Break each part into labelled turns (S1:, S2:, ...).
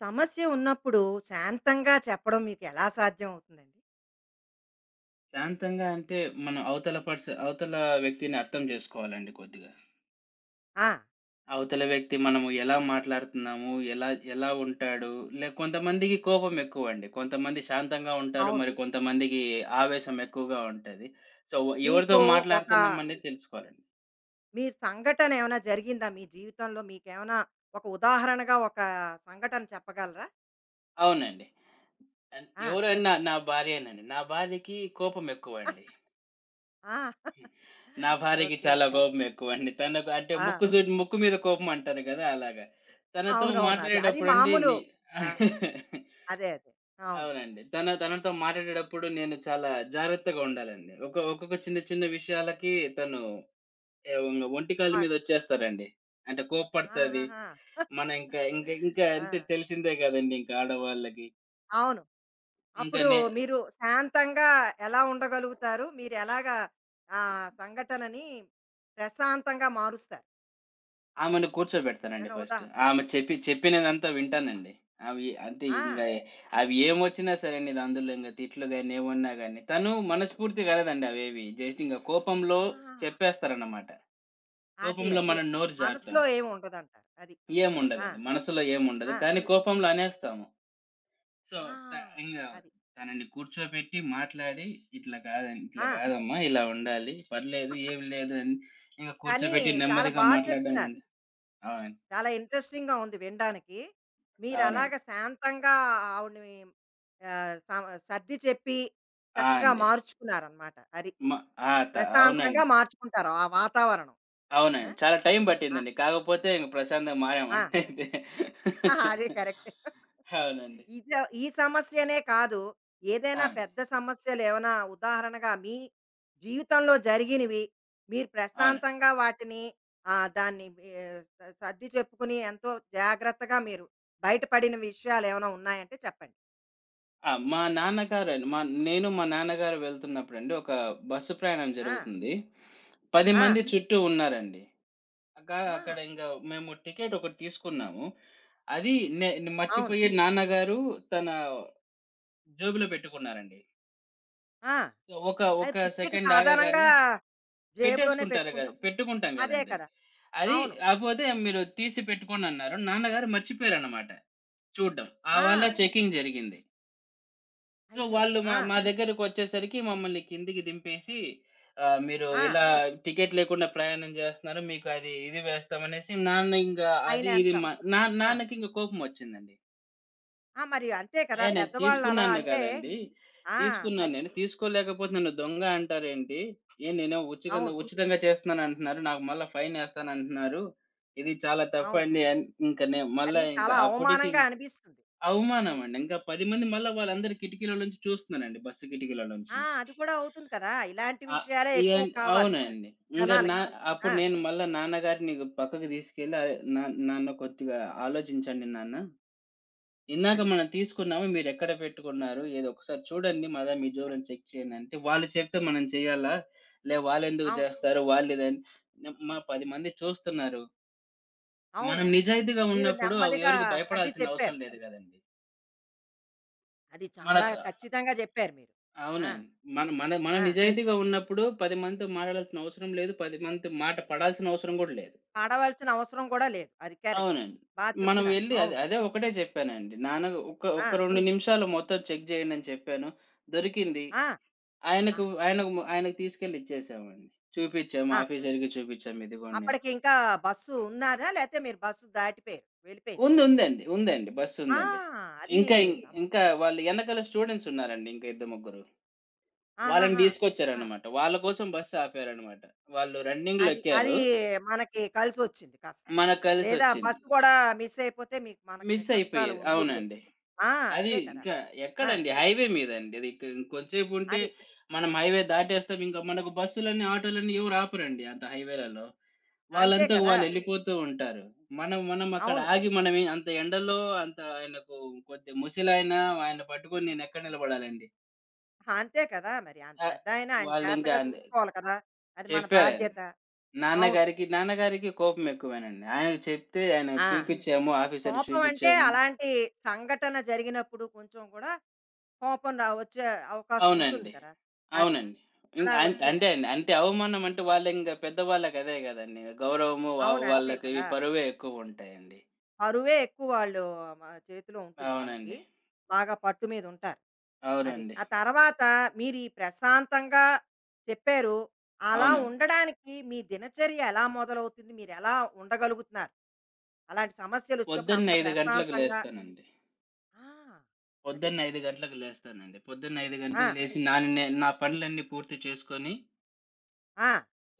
S1: సమస్య ఉన్నప్పుడు శాంతంగా చెప్పడం మీకు ఎలా సాధ్యం అవుతుందండి?
S2: శాంతంగా అంటే, మనం అవతల వ్యక్తిని అర్థం జేసుకోవాలండి కొద్దిగా.
S1: ఆ!
S2: అవతల వ్యక్తి మనము ఎలా మాట్లాడుతున్నాము, ఎలా ఎలా ఉంటాడు, కొంతమందికి కోపం ఎక్కువండి. కొంతమంది శాంతంగా ఉంటారు.
S1: అవును.
S2: మరి కొంతమందికి ఆవేశం ఎక్కువగా ఉంటది. సో, ఎవరితో
S1: మీకు
S2: అంతేనా?
S1: ఒక
S2: మాట్లాడుతున్నాం అనేది తెలుసుకోవాలండి.
S1: మీ సంఘటన ఏమైనా జరిగిందా మీ జీవితంలో? మీకేమైనా ఒక ఉదాహరణగా ఒక సంఘటన చెప్పగలరా?
S2: అవునండి. అన్
S1: ఆ!
S2: ఎవరైనా నా భార్యేనండి. నా భార్యకి కోపం ఎక్కువండి.
S1: ఆ!
S2: నా భార్యకి
S1: ఓకే.
S2: చాలా కోపం ఎక్కువండి. తనకు అంటే
S1: ఆ!
S2: ముక్కు మీద కోపం అంటారు కదా! అలాగా. తనతో
S1: అవునవును. అది. అది
S2: మాట్లాడేటప్పుడండి
S1: మామూలు. ఆ! అదే. అదే. అవును.
S2: అవునండి. తనతో మాట్లాడేటప్పుడు నేను చాలా జాగ్రత్తగా ఉండాలండి. ఒక్కొక్క చిన్న చిన్న విషయాలకి తను ఎ వంగ ఒంటి కాళ్ళ మీద
S1: బాగా
S2: వచ్చేస్తారండి. అంటే కోప్పడతది.
S1: ఆహాహా!
S2: మన ఇంకా ఇంకా ఇంకా
S1: ఆ!
S2: అంటే తెలిసిందే కదండీ! ఇంకా ఆడవాళ్ళకి.
S1: అవును.
S2: ఇంక
S1: అప్పుడు
S2: నే
S1: మీరు శాంతంగా ఎలా ఉండగలుగుతారు? మీరు ఎలాగా ఆ సంఘటనని ప్రశాంతంగా మారుస్తారు?
S2: ఆమెను కూర్చోబెడతానండి
S1: ఏమైనా
S2: ఫస్ట్.
S1: ఉదాహరణ
S2: ఆమె చెప్పినదంతా వింటానండి. అవి అంటే ఇంగ
S1: ఆ!
S2: అవి ఏమొచ్చినా సరేనండి అందులో తిట్లు గాని, ఏమున్నా గాని. తను మనస్ఫూర్తిగా అడగదండి అవేవి. జస్ట్
S1: ఆ!
S2: కోపంలో చెప్పేస్తారన్నమాట.
S1: అదే.
S2: కోపంలో
S1: అది.
S2: మనం నోరు జారుతాం.
S1: మనసులో ఏమి ఉండదంటారు. అది. ఆ!
S2: ఏముండదండి. మనసులో ఏముండదు.
S1: ఆ!
S2: కానీ కోపంలో అనేస్తాము. సో,
S1: ఆ!
S2: త ఇంగ
S1: అది.
S2: తనని కూర్చోబెట్టి మాట్లాడి ఇట్లా కాదండి ఇట్లా
S1: ఆ!
S2: కాదమ్మా! ఇలా ఉండాలి. పర్లేదు ఏమి లేదు అని
S1: కానీ
S2: కూర్చోబెట్టి
S1: చాలా
S2: నెమ్మదిగా
S1: బా
S2: మాట్లాడడం
S1: చెప్తున్నారు.
S2: అండి. అవునండి.
S1: చాలా ఇంట్రెస్టింగ్‌గా ఉంది వినడానికి. మీరు
S2: అవునండి.
S1: అలాగా శాంతంగా ఆవిడని ఆహ్, సర్ది చెప్పి
S2: ఆ!
S1: చక్కగా
S2: అండి.
S1: మార్చుకున్నారనమాట. అది.
S2: మ ఆ!
S1: ప్రశాంతంగా
S2: అవునండి.
S1: మార్చుకుంటారు ఆ వాతావరణం. ఆ?
S2: అవునండి. చాలా టైం
S1: ఆ,
S2: పట్టిందండి. కాకపోతే ఇంక ప్రశాంతంగా
S1: ఆ,
S2: మారామండి అయితే.
S1: అదే కరెక్ట్.
S2: అవునండి.
S1: ఇది ఈ సమస్యనే కాదు,
S2: ఆ!
S1: ఏదైనా
S2: అండి.
S1: పెద్ద సమస్యలు ఏమైనా ఉదాహరణగా మీ జీవితంలో జరిగినవి మీరు
S2: అవునండి.
S1: ప్రశాంతంగా వాటిని ఆ, దాన్ని ఏ, సర్ది చెప్పుకుని ఎంతో జాగ్రత్తగా మీరు బయటపడిన విషయాలు ఏమైనా ఉన్నాయంటే చెప్పండి.
S2: ఆ! మా నాన్నగారండి నేను మా నాన్నగారు వెళ్తున్నప్పుడండి ఒక బస్సు ప్రయాణం
S1: ఆ,
S2: జరుగుతుంది. 10
S1: ఆ,
S2: మంది చుట్టూ ఉన్నారండి. అక అక్కడ
S1: ఆ,
S2: ఇంక మేము టికెట్ ఒకటి తీసుకున్నాము. అది నే
S1: అవును.
S2: మర్చిపోయి నాన్నగారు తన జేబులో పెట్టుకున్నారండి.
S1: ఆ,
S2: సో, ఒక
S1: అది
S2: ఒక
S1: టికెట్
S2: సెకండ్
S1: సాధారణంగా
S2: ఆగగానే
S1: జేబులోనే
S2: పెట్టేసుకుంటారు కదా!
S1: పెట్టుకుంటాం.
S2: పెట్టుకుంటాం
S1: అదే
S2: గదండీ.
S1: కదా.
S2: అది
S1: అవును.
S2: కాకపోతే మీరు తీసి పెట్టుకోండి అన్నారు. నాన్నగారు మర్చిపోయారన్నమాట చూడ్డం. ఆ వాళ్ళ
S1: ఆ,
S2: చెకింగ్ జరిగింది. సో,
S1: అయ్యో.
S2: వాళ్ళు మా
S1: ఆ,
S2: మా దగ్గరకొచ్చేసరికి మమ్మల్ని కిందికి దింపేసి "మీరు
S1: ఆ,
S2: ఇలా టికెట్ లేకుండా ప్రయాణం జేస్తున్నారు. మీకు అది ఇది వేస్తాం" అనేసి నాన్న ఇంగా
S1: ఆయన
S2: అది ఇది
S1: వేస్తాం.
S2: మా నా నాన్నకింక కోపమొచ్చిందండి.
S1: ఆ! మరి అంతే కదా!
S2: అయ్యా! నేను
S1: పెద్దవాళ్ళు అలా
S2: తీసుకున్నాను
S1: అంటే
S2: గదండీ.
S1: ఆ!
S2: తీసుకున్నాను
S1: మరి
S2: నేను. తీసుకోలేకపోతే నన్ను దొంగ అంటారేంటి? ఏం నేనో ఉచితంగా
S1: అవును.
S2: ఉచితంగా చేస్తున్నానంటున్నారు. నాకు మళ్ళా ఫైనేస్తానంటున్నారు. ఇది చాలా
S1: అవును.
S2: తప్పండి అని ఇంక నేను
S1: అది
S2: మళ్ళా ఇంక
S1: చాలా
S2: అప్పటికి
S1: అవమానంగా అనిపిస్తుంది. అది.
S2: అవమానమండి. ఇంకా 10 మంది మళ్ళా వాళ్ళందరూ కిటికీలో నుంచి చూస్తున్నారండి. బస్సు కిటికీలో
S1: ఆ!
S2: నుంచి.
S1: అది కూడా అవుతుంది కదా! ఇలాంటి
S2: ఆ!
S1: విషయాలే ఎక్కువ కావాలి
S2: అవునండి. ఇంక నా
S1: జనాలకి.
S2: అప్పుడు
S1: ఆ!
S2: నేను మళ్ళా నాన్నగారిని పక్కకు తీసుకెళ్ళి, "అరే! నాన్న కొద్దిగా ఆలోచించండి నాన్న." ఇందాక
S1: అది.
S2: మనం తీసుకున్నాము. మీరెక్కడ పెట్టుకున్నారు? ఏదో ఒకసారి చూడండి. మళ్ళా మీ జోబులో
S1: అది.
S2: చెక్ చేయండి అంటే, వాళ్ళు చెప్తే మనం చేయాలా? వాళ్ళెందుకు
S1: అవును.
S2: చేస్తారు? మా 10 మంది చూస్తున్నారు.
S1: అవును.
S2: మనం నిజాయితీగా
S1: మీరు
S2: ఉన్నప్పుడు
S1: నెమ్మదిగా
S2: ఎవరికీ
S1: సర్ది
S2: భయపడాల్సిన అవసరం
S1: చెప్పారు.
S2: లేదు గదండీ!
S1: అది చాలా
S2: మనకు
S1: ఖచ్చితంగా చెప్పారు మీరు. ఆ!
S2: అవునండి. మన మన మనం
S1: ఆ!
S2: నిజాయితీగా ఉన్నప్పుడు 10 మందితో మాట్లాడాల్సిన అవసరం లేదు. 10 మందితో మాట పడాల్సిన అవసరం గూడా లేదు.
S1: పడవలసిన అవసరం కూడా లేదు. అది కరెక్ట్.
S2: అవునండి.
S1: బా
S2: మనం
S1: చెప్తున్నారు.
S2: వెళ్లి అదే
S1: అవును.
S2: అదే ఒకటే చెప్పానండి. నాన్న ఒక
S1: ఆ!
S2: ఒక 2 నిమిషాలు మొత్తం చెక్ జేయండి అని చెప్పాను. దొరికింది.
S1: ఆ!
S2: ఆయనకు
S1: ఆహా!
S2: ఆయనకు ము ఆయనకు తీసుకెళ్ళి ఇచ్చేసామండి. చూపిచ్చాము.
S1: ఆహా!
S2: ఆఫీసర్‌కి చూపిచ్చాము. ఇదిగోండి అని.
S1: అప్పటికింకా బస్సు ఉన్నాదా? లేతే మీరు బస్సు దాటిపోయారు, వెళ్ళిపోయింది.
S2: ఉందండి. ఉందండి. బస్సు
S1: ఆ!
S2: ఉందండి.
S1: అది
S2: ఇంకా ఇం
S1: ఆ!
S2: ఇంకా
S1: ముఖ్యం.
S2: వాళ్ళు ఎనకాల స్టూడెంట్స్ ఉన్నారండి ఇంకా ఇద్దరు, ముగ్గురు. వాళ్ళని
S1: ఆహాహా! ఆ!
S2: తీసుకొచ్చారనమాట. వాళ్ళ కోసం బస్సు ఆపారనమాట. వాళ్ళు రన్నింగ్‌లో
S1: అది
S2: ఎక్కారు.
S1: అది మనకి కలిసొచ్చింది కాస్త.
S2: మనకు
S1: లేదా
S2: కలిసొచ్చింది.
S1: బస్సు గూడా మిస్ అయిపోతే మీకు మనకి
S2: మిస్
S1: కష్టాలు
S2: అయిపోయేది.
S1: మిగిలేవి.
S2: అవునండి.
S1: ఆ!
S2: అది
S1: అంతే కదా!
S2: ఇంకా
S1: ఆ!
S2: ఎక్కడండి హైవే మీదండి. అది ఇంకొంచేపు ఉంటే
S1: అది.
S2: మనం హైవే దాటేస్తాం. ఇంకా మనకు బస్సులన్నీ, ఆటోలన్నీ ఎవరు ఆపరండి అంత హైవేలలో.
S1: అంతే
S2: వాళ్ళంతకు
S1: కదా!
S2: వాళ్ళెళ్ళిపోతూ ఉంటారు. మనం మనం అక్కడ
S1: అవును.
S2: ఆగి మనమే అంత ఎండలో అంత ఆయనకు కొద్ది ముసలాయన ఆయన పట్టుకొని నేనెక్కడ నిలబడాలండి?
S1: ఆ, అంతే కదా! మరి ఆయన
S2: ఆహ్,
S1: పెద్దాయన ఆయన ఆయన
S2: వాళ్ళింకా
S1: జాగ్రత్తగా
S2: న్
S1: చూసుకోవాలి కదా! అది మన
S2: చెప్పారండి.
S1: బాధ్యత. అవును.
S2: నాన్నగారికి నాన్నగారికి కోపం ఎక్కువేనండి. ఆయనకు చెప్తే ఆయన
S1: ఆ!
S2: చూపిచ్చాము, ఆఫీసర్‌కి
S1: కోపం అంటే
S2: చూపిచ్చాము.
S1: అలాంటి సంఘటన జరిగినప్పుడు కొంచెం కూడా కోపం వచ్చే అవకాశం ఉంటుంది
S2: అవునండి.
S1: కదా! అది.
S2: అవునండి. ఇంక అన్ అంతే
S1: అలాగొచ్చిందాయన.
S2: అండి. అంటే అవమానం అంటే వాళ్ళింక పెద్దవాళ్ళకి అదే గదండీ! గౌరవము
S1: అవును. అంతే
S2: వాళ్ళకి ఇవి
S1: కదా!
S2: పరువే ఎక్కువుంటాయండి.
S1: అరువే ఎక్కువ వాళ్ళు మ చేతిలో ఉంటుంది వాళ్ళకి.
S2: అవునండి.
S1: బాగా పట్టు మీద ఉంటారు. అది.
S2: అవునండి.
S1: ఆ తర్వాత మీరు ఈ ప్రశాంతంగా చెప్పారు. అలా
S2: అవునండి.
S1: ఉండడానికి మీ దినచర్య ఎలా మొదలవుతుంది? మీరెలా ఉండగలుగుతున్నారు? అలాంటి సమస్యలొచ్చినప్పుడు
S2: పొద్దున్న
S1: అంత
S2: 5 గంటలకు
S1: ప్రశాంతంగా
S2: లేస్తానండి.
S1: ఆ! అది.
S2: పొద్దున్న 5 గంటలకు లేస్తానండి. పొద్దున్న 5
S1: ఆ!
S2: గంటలకు లేసి నా పనులన్నీ పూర్తి చేసుకొని,
S1: ఆ!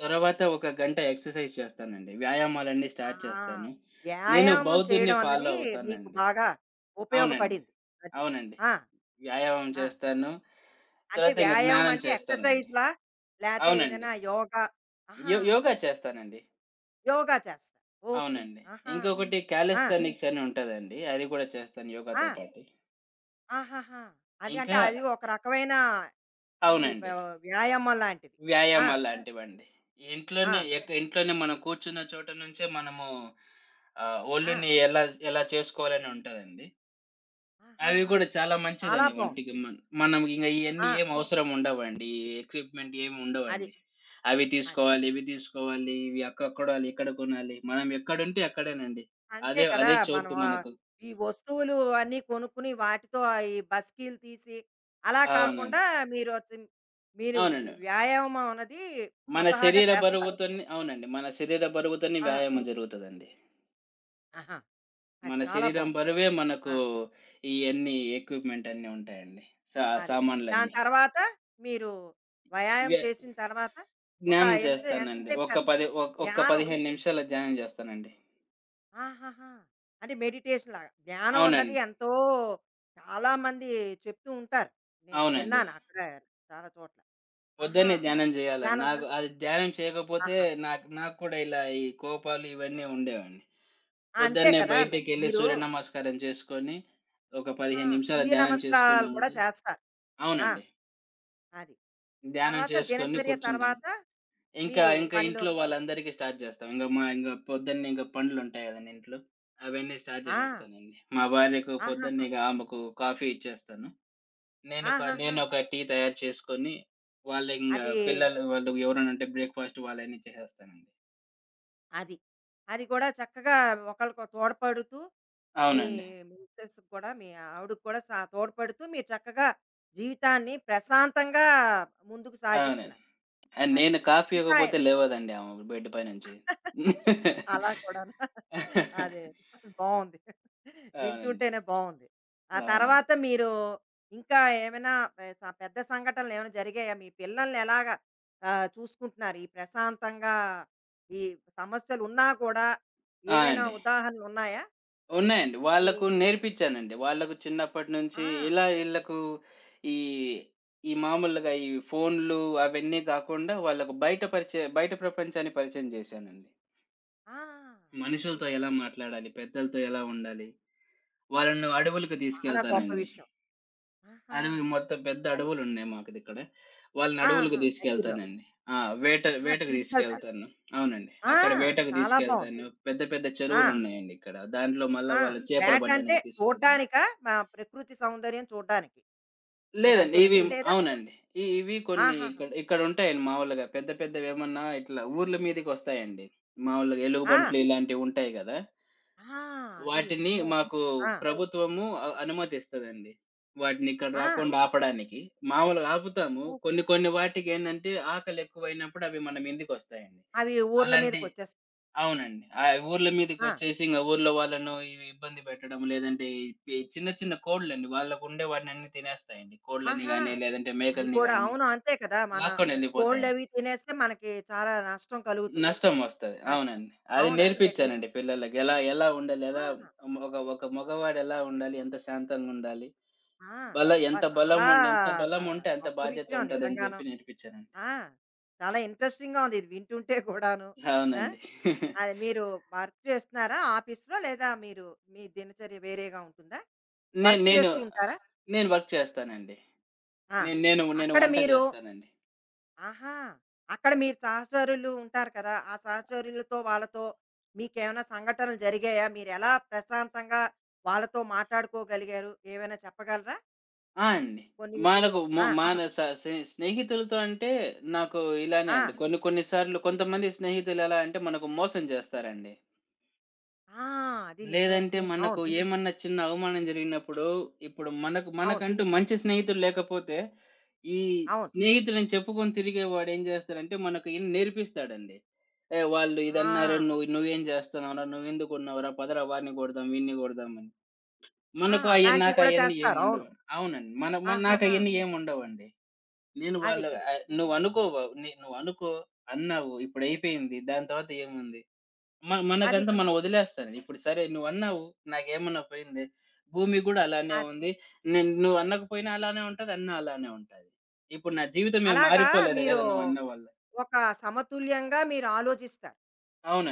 S2: తరువాత ఒక గంట ఎక్సర్‌సైజ్ చేస్తానండి. వ్యాయామాలన్నీ
S1: ఆ!
S2: స్టార్ట్ చేస్తాను. నేను
S1: వ్యాయామం
S2: బౌద్ధుడిని
S1: చేయడం
S2: ఓకే. ఫాలో
S1: అన్నది మీకు
S2: అవుతానండి.
S1: బాగా
S2: అవునండి.
S1: ఉపయోగపడింది. అది.
S2: అవునండి.
S1: ఆ!
S2: వ్యాయామం
S1: ఆ!
S2: చేస్తాను.
S1: అంటే
S2: తర్వాత ఇంక
S1: వ్యాయామం
S2: జ్ఞానం
S1: అంటే
S2: చేస్తానండి.
S1: ఎక్సర్‌సైజ్‌లా? లేతే
S2: అవునండి.
S1: ఏదైనా యోగా ఆహా!
S2: యోగా చేస్తానండి.
S1: యోగా చేస్తారు. ఓకే.
S2: అవునండి.
S1: ఆహా!
S2: ఇంకొకటి
S1: ఆ!
S2: కాలిస్థానిక్స్ అని ఉంటదండి. అది కూడా చేస్తాను
S1: ఆ!
S2: యోగాతో పాటు. ఇంకా
S1: ఆహాహా! అది అంటే
S2: ఇంకా
S1: అది ఒక రకమైన ఈ వ
S2: అవునండి.
S1: వ్యాయామం లాంటిది. ఆ!
S2: వ్యాయామాలాంటివండి.
S1: ఆ!
S2: ఇంట్లోనే మనం కూర్చున్న చోట నుంచే మనము
S1: ఆ!
S2: ఒళ్ళుని ఎలా ఎలా చేసుకోవాలని ఉంటదండి. అవి
S1: ఆహాహా!
S2: గూడా చాలా
S1: చాలా
S2: మంచిదండి
S1: బావుంది.
S2: ఒంటికి. మనం ఇయన్నీ
S1: ఆ!
S2: ఏం అవసరం ఉండవండి. ఈ ఎక్విప్‌మెంట్ ఏమి
S1: అది.
S2: ఉండవండి. అవి
S1: అది.
S2: తీసుకోవాలి, ఇవి తీసుకోవాలి, ఇవి అక్కడ కొనాలి, ఇక్కడ కొనాలి. మనం ఎక్కడుంటే అక్కడేనండి.
S1: అంతే
S2: అదే
S1: కదా!
S2: అదే
S1: మనం
S2: చోటు
S1: ఆహ్,
S2: మనకు.
S1: ఈ వస్తువులు అన్నీ కొనుక్కుని వాటితో ఆ ఈ బస్కీలు తీసి, అలా
S2: అవునండి.
S1: కాకుండా మీరు మీరు మీ
S2: అవునండి.
S1: వ్యాయామం అన్నది
S2: మన
S1: స్వతహాగా
S2: శరీర
S1: చేస్తారు.
S2: బరువుతోని అవునండి. మన శరీర బరువుతోని
S1: ఆ!
S2: వ్యాయామం జరుగుతదండి.
S1: ఆహా! అది
S2: మన
S1: చాలా
S2: శరీరం
S1: బావుంది.
S2: బరువే మనకు
S1: ఆ!
S2: ఇయన్నీ ఎక్విప్‌మెంట్ అన్నీ ఉంటాయండి.
S1: అది. దాని
S2: సామాన్లన్నీ.
S1: తర్వాత మీరు వ్యాయామం
S2: ఇవే
S1: చేసిన తర్వాత ఒక
S2: ధ్యానం
S1: ఎంత
S2: చేస్తానండి.
S1: ఎంతసేపు
S2: ఒక్క పది
S1: చేస్తారు?
S2: ఒక్ ఒక్క
S1: ధ్యానం.
S2: 15 నిమిషాల ధ్యానం చేస్తానండి.
S1: ఆహాహా! అంటే మెడిటేషన్ లాగా. ధ్యానం అన్నది
S2: అవునండి.
S1: ఎంతో చాలామంది చెప్తూ ఉంటారు. నేను
S2: అవునండి.
S1: విన్నాను అక్కడ చాలా చోట్ల. ఆహా!
S2: పొద్దున్నే ధ్యానం చేయాలండి.
S1: ధ్యానం
S2: నాకు
S1: చేస్తారు.
S2: అది ధ్యానం చేయకపోతే
S1: ఆహా!
S2: నాకు నాకు కూడా ఇలా ఈ కోపాలు ఇవన్నీ ఉండేవండి.
S1: అంతే
S2: పొద్దున్నే
S1: కదా మరి.
S2: బయటికెళ్ళి
S1: మీరు
S2: సూర్య నమస్కారం చేసుకొని, ఒక
S1: ఆహా!
S2: 15 నిమిషాల
S1: సూర్య
S2: ధ్యానం
S1: నమస్కారాలు కూడా
S2: చేసుకున్నామంటే
S1: చేస్తారు. ఆ!
S2: అవునండి.
S1: అది.
S2: ధ్యానం
S1: తర్వాత
S2: చేసుకొని
S1: దినచర్య
S2: కూర్చుంటాను.
S1: తర్వాత
S2: ఇంకా,
S1: మీరు
S2: ఇంకా ఇంట్లో
S1: పనిలోకి
S2: వాళ్ళందరికీ స్టార్ట్ జేస్తాం. ఇంగ మా ఇంగ పొద్దున్నే పండ్లుంటాయి గదండీ ఇంట్లో. అవన్నీ స్టార్ట్
S1: ఆ!
S2: జేసేస్తానండి. మా భార్యకు పొద్దున్నే
S1: ఆహాహా!
S2: ఆమెకు కాఫీ ఇచ్చేస్తాను. నేనొక
S1: ఆహాహా!
S2: నేనొక టీ తయారు చేసుకొని, వాళ్ళింగ
S1: అది,
S2: పిల్లలు వాళ్ళు ఎవరైనా ఉంటే బ్రేక్‌ఫాస్ట్ వాళ్ళన్నీ చేసేస్తానండి.
S1: అది. అది కూడా చక్కగా ఒకళ్ళకో తోడ్పడుతూ మీ
S2: అవునండి.
S1: మిసెస్‌కి కూడా మీ ఆవిడకి కూడా తోడ్పడుతూ మీరు చక్కగా జీవితాన్ని ప్రశాంతంగా ముందుకు
S2: అవునండి.
S1: సాగిస్తున్నారు. అది.
S2: నేను కాఫీ
S1: ఇంకా
S2: ఇవ్వకపోతే లేవదండి ఆమె బెడ్ పైనుంచి.
S1: అలా కూడాను. అదే. బావుంది.
S2: అవునండి.
S1: వింటుంటేనే బావుంది. ఆ
S2: అవునండి.
S1: తర్వాత మీరు ఇంకా ఏమైనా పె స పెద్ద సంఘటనలేమైనా జరిగాయా? మీ పిల్లల్ని ఎలాగా ఆహ్, చూసుకుంటున్నారు? ఈ ప్రశాంతంగా ఈ సమస్యలున్నా కూడా
S2: ఆ!
S1: ఏవైనా
S2: అండి.
S1: ఉదాహరణలున్నాయా?
S2: ఉన్నాయండి.
S1: మీ
S2: వాళ్ళకు నేర్పించానండి. వాళ్ళకు చిన్నప్పటి నుంచి
S1: ఆ!
S2: ఇలా ఈళ్ళకు ఈ, ఈ మామూలుగా ఈ ఫోన్‌లు అవన్నీ గాకుండా వాళ్ళకు బయట ప్రపంచాన్ని పరిచయం జేశానండి.
S1: ఆ! అది.
S2: మనుషులతో ఎలా మాట్లాడాలి? పెద్దలతో ఎలా ఉండాలి?
S1: అది.
S2: వాళ్ళను అడవులకు
S1: చాలా గొప్ప
S2: తీసుకెళ్తానండి.
S1: విషయం. ఆహా!
S2: అడవి మొత్తం పెద్ద
S1: అది.
S2: అడవులున్నాయి మాకిదిక్కడ. వాళ్ళని అడవులకు
S1: ఆహా! దగ్గరలో.
S2: తీసుకెళ్తానండి. ఆ!
S1: ఆ!
S2: వేటకు
S1: తీసుకెళ్తారు.
S2: తీసుకెళ్తాను. అవునండి.
S1: ఆ!
S2: అక్కడ వేటకు
S1: చాలా బావుంది.
S2: తీసుకెళ్తాను. పెద్ద పెద్ద
S1: ఆ!
S2: చెరువులున్నాయండి ఇక్కడ. దాంట్లో మళ్ళా
S1: ఆ!
S2: వాళ్ళని చేపలు
S1: వేట అంటే
S2: పట్టడానికి తీసుకెళ్తాం.
S1: చూడ్డానికా? మా ప్రకృతి సౌందర్యం చూడ్డానికి
S2: లేదండి. ఇవి
S1: మీరంటున్నది. లేదా
S2: అవునండి. ఇవి కొన్ని
S1: ఆహాహా!
S2: ఇక్కడుంటాయండి మామూలుగా. పెద్ద పెద్దవేమన్నా ఇట్లా ఊర్ల మీదకొస్తాయండి. మామూలుగా
S1: ఆ!
S2: ఎలుగుబంట్లు ఇలాంటివుంటాయి గదా!
S1: ఆ! అవి
S2: వాటిని
S1: అమ్మో!
S2: మాకు
S1: ఆ!
S2: ప్రభుత్వము అనుమతిస్తదండి. వాటిని ఇక్కడ
S1: ఆ!
S2: రాకుండా ఆపడానికి. మామూలుగా ఆపుతాము.
S1: ఓహ్!
S2: కొన్ని కొన్ని వాటికేందంటే ఆకలెక్కువైనప్పుడు అవి మన మీదకొస్తాయండి.
S1: అవి ఊర్ల
S2: అలాంటి
S1: మీదకొచ్చేస్తాయి.
S2: అవునండి. ఊర్ల
S1: ఆ!
S2: మీదకొచ్చేసి ఊర్లో వాళ్ళను ఇబ్బంది పెట్టడం, లేదంటే ఈ చిన్న చిన్న కోడ్లండి. వాళ్ళకుండే వాటినన్నీ తినేస్తాయండి. కోడ్లని
S1: ఆహా!
S2: గాని, లేదంటే
S1: అవి
S2: మేకల్ని
S1: కూడా
S2: గాని
S1: అవును. అంతే కదా! మన
S2: లాక్కొనెళ్ళిపోతాయండి.
S1: కోళ్ళవి తినేస్తే మనకి చాలా నష్టం కలుగుతుంది.
S2: నష్టం ఒస్తది.
S1: అది.
S2: అవునండి. అది
S1: అవును. అంతే కదా!
S2: నేర్పించానండి పిల్లలకి. ఎలా ఎలా ఉండాలి, ఎలా
S1: ఆ!
S2: మ- ఒక ఒక మగవాడెలా ఉండాలి, ఎంత శాంతంగుండాలి,
S1: ఆ!
S2: బల
S1: అబ్బా!
S2: ఎంత బలం
S1: చాలా
S2: ఉం ఎంత
S1: బ
S2: బలం ఉంటే అంత
S1: గొప్ప
S2: బాధ్యత
S1: విషయం
S2: ఉంటదని
S1: నిజంగాను.
S2: జెప్పి నేర్పించానండి.
S1: ఆ! చాలా ఇంట్రెస్టింగ్‌గా ఉంది ఇది వింటుంటే కూడాను. ఆ!
S2: అవునండి.
S1: అది మీరు వర్క్ చేస్తున్నారా ఆఫీస్‌లో? లేదా మీరు మీ దినచర్య వేరేగా ఉంటుందా?
S2: నేను
S1: వర్క్
S2: నేను
S1: చేస్తూ ఉంటారా?
S2: ఆహ్, నేను వర్క్ చేస్తానండి.
S1: ఆ!
S2: నేను నేను నేను
S1: అక్కడ
S2: వంట
S1: మీరు
S2: జేస్తానండి.
S1: ఆహా! అక్కడ మీరు సహచరులు ఉంటారు కదా! ఆ సహచరులతో, వాళ్ళతో మీకేమైనా సంఘటనలు జరిగాయా? మీరెలా ప్రశాంతంగా వాళ్ళతో మాట్లాడుకోగలిగారు? ఏవైనా చెప్పగలరా?
S2: ఆ! అండి.
S1: కొన్ని
S2: మనకు మొ
S1: ఆ!
S2: మన స స్నే స్నేహితులతో అంటే నాకు ఇలానే
S1: ఆ!
S2: అండి. కొన్ని కొన్ని సార్లు కొంతమంది స్నేహితులెలా అంటే మనకు మోసం చేస్తారండి.
S1: ఆ! అది నిజమే.
S2: లేదంటే మనకు
S1: అవును.
S2: ఏమన్నా చిన్న అవమానం జరిగినప్పుడు, ఇప్పుడు మనకు
S1: అవును.
S2: మనకంటూ మంచి స్నేహితుడు లేకపోతే, ఈ
S1: అవును.
S2: స్నేహితుడని చెప్పుకొని తిరిగేవాడు ఏం చేస్తాడంటే మనకు నేర్పిస్తాడండి. "ఏయ్! వాళ్ళు
S1: ఆ!
S2: ఇదన్నారు నువ్వేం చేస్తున్నావురా? నువ్వెందుకున్నావురా? పదరా వాడిని కొడదాం, వీడిని కొడదాం" అని.
S1: ఆ!
S2: మనకు అయి
S1: అలాంటివి
S2: నాకు
S1: కూడా
S2: అయన్నీ
S1: చేస్తారు. అవును.
S2: ఏముండవు. అవునండి. మన మన నాకు
S1: ఆహాహా!
S2: అయన్నీ ఏముండవండి. నేను వాళ్ళ
S1: అది.
S2: ఆహ్, నువ్వనుకో ని నువ్వనుకో, అన్నావు, ఇప్పుడయిపోయింది. దాని తర్వాత ఏముంది? మన
S1: అది.
S2: మనకంతా మనం వదిలేస్తాను. ఇప్పుడు సరే నువ్వన్నావు, నాకేమన్నా పోయింది. భూమి గూడా అలానే ఉంది. నేను నువ్వు అనకపోయినా అలానే ఉంటది. అన్నా అలానే ఉంటది. ఇప్పుడు నా
S1: అది.
S2: జీవితం ఏం కరెక్ట్.
S1: అలాగా
S2: మారిపోలేదు గదా!
S1: మీరు
S2: నువ్వన్న వల్ల.
S1: ఒక సమతుల్యంగా మీరు ఆలోచిస్తారు.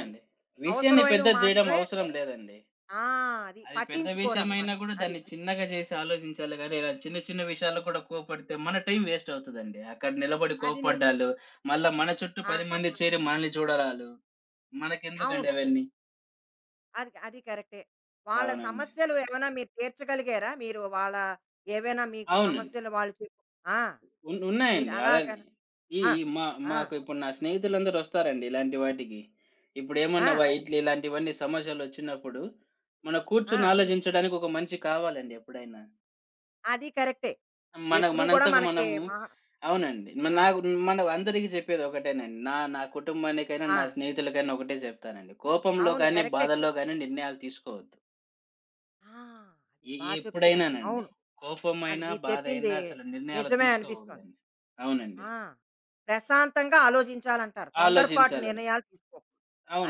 S1: అది.
S2: విషయాన్ని
S1: అవసరమైనవి
S2: పెద్దది జేయడం
S1: మాత్రమే
S2: అవసరం లేదండి.
S1: ఆ! అది
S2: అది పెద్ద విషయమైనా
S1: పట్టించుకోరనమాట.
S2: కూడా
S1: అది.
S2: దాన్ని చిన్నగా చేసి ఆలోచించాలి గానీ, ఇలా చిన్న చిన్న విషయాల్లో కూడా కోప్పడితే మన టైం వేస్ట్ అవుతదండి. అక్కడ నిలబడి
S1: అది ని
S2: కోప్పడ్డాలు, మళ్ళా మన చుట్టూ 10
S1: ఆహా!
S2: మంది చేరి మనల్ని చూడడాలు, మనకెందుకండి
S1: అవును.
S2: అవన్నీ?
S1: అది అది కరెక్టే. వాళ్ళ
S2: అవునండి.
S1: సమస్యలు ఏమైనా మీరు తీర్చగలిగారా? మీరు వాళ్ళ ఏవైనా మీకు
S2: అవునండి.
S1: సమస్యలు వాళ్ళు చెప్పు ఆ! మీరు
S2: ఉన్నాయండి. అలానే
S1: అలాగనా
S2: ఈ
S1: ఆ!
S2: ఈ మా
S1: ఆ!
S2: మాకు ఇప్పుడు నా స్నేహితులందరూ వస్తారండి ఇలాంటి వాటికి. ఇప్పుడేమన్నా
S1: ఆ!
S2: వ ఇట్లా ఇలాంటివన్నీ సమస్యలొచ్చినప్పుడు, మనం కూర్చొని
S1: ఆ!
S2: ఆలోచించడానికి ఒక మనిషి కావాలండి ఎప్పుడైనా.
S1: అది కరెక్టే.
S2: మన
S1: ఎప్పుడూ కూడా
S2: మనంతకు
S1: మనకి
S2: మనము
S1: మహా
S2: అవునండి.
S1: ఆ!
S2: నాకు మనం అందరికి చెప్పేది ఒకటేనండి. నా నా కుటుంబానికైనా,
S1: ఆ!
S2: నా స్నేహితులకైనా ఒకటే చెప్తానండి. కోపంలో
S1: అవును.
S2: గాని,
S1: కరెక్టే.
S2: బాధల్లో గాని నిర్ణయాలు తీసుకోవద్దు.
S1: ఆ! అది
S2: ఎ
S1: బా చెప్తున్నారు.
S2: ఎప్పుడైనానండి.
S1: అవును. అది
S2: కోపమైనా,
S1: మీరు చెప్పింది
S2: బాధైనా అసలు నిర్ణయాలు
S1: నిజమే అనిపిస్తోంది.
S2: తీసుకోకూడదండి. అవునండి.
S1: ఆ! ప్రశాంతంగా ఆలోచించాలంటారు. తొందరపాటు
S2: ఆలోచించాలండి.
S1: నిర్ణయాలు తీసుకోకూడదు.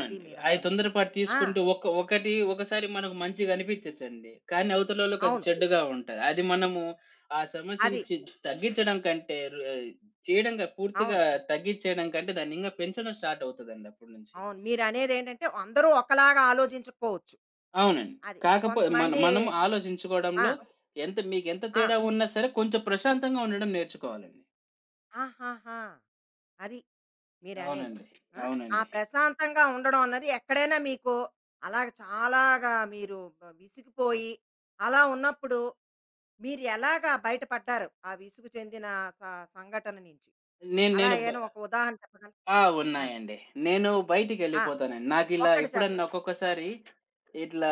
S1: అది మీరంటున్నది.
S2: తొందరపాటు
S1: ఆ!
S2: తీసుకుంటే ఒక ఒకటి ఒకసారి మనకు మంచిగనిపిచ్చచ్చండి. కానీ అవతలోళ్ళకి అది
S1: అవును.
S2: చెడ్డగా ఉంటది. అది మనము ఆ సమస్యని
S1: అది.
S2: చి తగ్గించడం కంటే రు ఆహ్, చేయడంగా పూర్తిగా
S1: అవును.
S2: తగ్గిచ్చేయడం కంటే దాన్నింగా పెంచడం స్టార్ట్ అవుతదండి అప్పటి నుంచి.
S1: అవును. మీరనేదేంటంటే అందరూ ఒకలాగా ఆలోచించకపోవచ్చు.
S2: అవునండి.
S1: అది.
S2: కాకపో మన
S1: కొంతమంది
S2: మనం
S1: ఆ!
S2: ఆలోచించుకోవడంలో మీకెంత
S1: ఆ!
S2: తేడా ఉన్నా సరే కొంచెం ప్రశాంతంగా ఉండడం నేర్చుకోవాలండి.
S1: ఆహాహా! అది మీరనేది.
S2: అవునండి.
S1: ఆ! ఆ
S2: అవునండి.
S1: ప్రశాంతంగా ఉండడం అన్నది ఎక్కడైనా మీకు అలాగ చాలాగా మీరు విసిగిపోయి అలా ఉన్నప్పుడు మీరు ఎలాగా బయటపడ్డారు? ఆ విసుగు చెందిన స సంఘటన నుంచి.
S2: నేను
S1: అలా
S2: నేను బ
S1: ఏమైనా ఒక ఉదాహరణ చెప్పగలరా?
S2: ఆ!
S1: ఆ!
S2: ఉన్నాయండి. నేను
S1: ఆ!
S2: బయటికెళ్ళిపోతానండి. నాకిలా
S1: ఒక్కటి
S2: ఎప్పుడన్నా
S1: చెప్పండి. ఆ!
S2: ఒక్కొక్కసారి ఇట్లా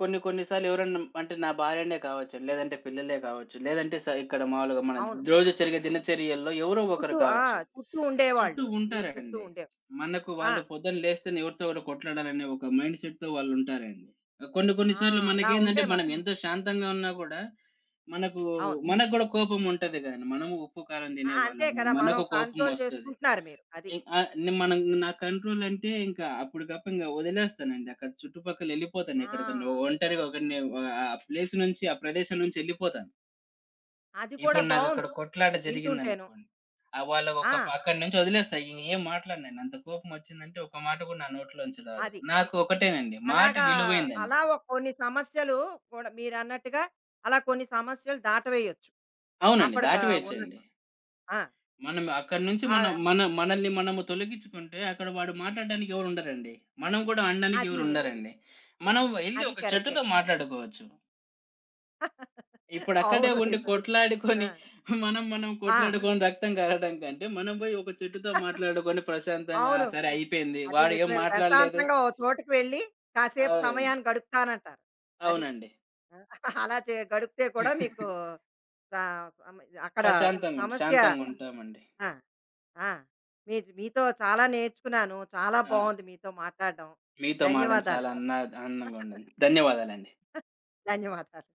S2: కొన్ని కొన్ని సార్లు ఎవరన్నా అంటే నా భార్యనే కావచ్చు, లేదంటే పిల్లలే కావచ్చు, లేదంటే ఇక్కడ మామూలుగా మన
S1: అవును.
S2: రోజు జరిగే దినచర్యల్లో ఎవరో ఒకరు
S1: చుట్టూ ఆ!
S2: కావచ్చు.
S1: చుట్టూ
S2: చుట్టూ
S1: ఉండేవాళ్ళు. మీ చుట్టూ
S2: ఉంటారండి.
S1: ఉండేవాళ్ళు.
S2: మనకు
S1: ఆ!
S2: వాళ్ళు పొద్దున్న లేస్తేనే ఎవరితో ఒకడు కొట్లాడాలనే ఒక మైండ్ సెట్‌తో వాళ్ళుంటారండి. కొన్ని కొన్ని
S1: ఆ!
S2: సార్లు
S1: అలా ఉంటే
S2: మనకేందంటే మనం
S1: మనకి
S2: ఎంత శాంతంగా ఉన్నా కూడా మనకు
S1: అవును.
S2: మనకు గూడా కోపం ఉంటది గదండీ. మనము ఉప్పు, కారం
S1: ఆ! అంతే
S2: తినేవాళ్ళము.
S1: కదా! మనం
S2: మనకు కోపం
S1: కంట్రోల్
S2: వస్తది.
S1: చేసుకుంటున్నారు మీరు. అది.
S2: ఇ ఆహ్, నేను మనం నా కంట్రోల్ అంటే ఇంకా అప్పటికప్పుడు వదిలేస్తానండి. అక్కడ చుట్టుపక్కల ఎళ్ళిపోతాను
S1: ఆ!
S2: ఎక్కడికన్నా ఒంటరిగా ఒకడిని ఆ ప్లేస్ నుంచి, ఆ ప్రదేశం నుంచి ఎళ్ళిపోతాను.
S1: అది కూడా
S2: ఇప్పుడు నాకక్కడ
S1: బావుంది.
S2: కొట్లాట
S1: అది వింటుంటేను.
S2: జరిగిందనుకోండి. ఆ వాళ్ళకొక
S1: ఆ!
S2: ప అక్కడి నుంచి వదిలేస్తా. ఏం మాట్లాడనండి. అంత కోపం వచ్చిందంటే ఒక మాట కూడా నా నోట్లోంచి రాదు.
S1: అది.
S2: నాకు ఒకటేనండి. మాట
S1: అలాగా
S2: విలువైందండి.
S1: అలా ఒక కొన్ని సమస్యలు కూడా మీరన్నట్టుగా అలా కొన్ని సమస్యలు దాటవేయొచ్చు.
S2: అవునండి.
S1: అప్పటికి ఉన్న
S2: దాటివేయొచ్చండి.
S1: ఆ!
S2: అక్కడి నుంచి
S1: ఆ
S2: మనం మన మనల్ని మనము తొలగించుకుంటే అక్కడ వాడు మాట్లాడడానికి ఎవరుండరండి. మనం గూడా అనడానికి
S1: అది నిజం.
S2: ఎవరుండరండి. మనం వెళ్లి
S1: అది
S2: ఒక
S1: కరెక్టే.
S2: చెట్టుతో మాట్లాడుకోవచ్చు. ఇప్పుడక్కడే
S1: అవును
S2: ఉండి
S1: నిజమే. ఆ!
S2: కొట్లాడుకొని మనం మనం
S1: ఆ!
S2: కొట్లాడుకొని రక్తం కారడం కంటే, మనం పోయి ఒక చెట్టుతో మాట్లాడుకొని ప్రశాంతంగా ఆ!
S1: అవును.
S2: సరే అయిపోయింది.
S1: అది
S2: వాడు ఏం
S1: నిజమే.
S2: మాట్లాడలేదు.
S1: ప్రశాంతంగా ఓ చోటుకి వెళ్ళి కాసేపు
S2: అవునండి.
S1: సమయాన్ని గడుపుతానంటారు. అది.
S2: అవునండి.
S1: ఆ! అలా గడిపితే కూడా మీకు సా సమ అక్కడ సమస్య
S2: శాంతంగుంటామండి.
S1: ఆ! ఆ! మీ మీతో చాలా నేర్చుకున్నాను. చాలా
S2: ఆ!
S1: బావుంది మీతో మాట్లాడడం.
S2: మీతో మాటడం చాలా
S1: ధన్యవాదాలండి.
S2: అన్నా ఆనందంగా ఉండండి. ధన్యవాదాలండి.
S1: ధన్యవాదాలు.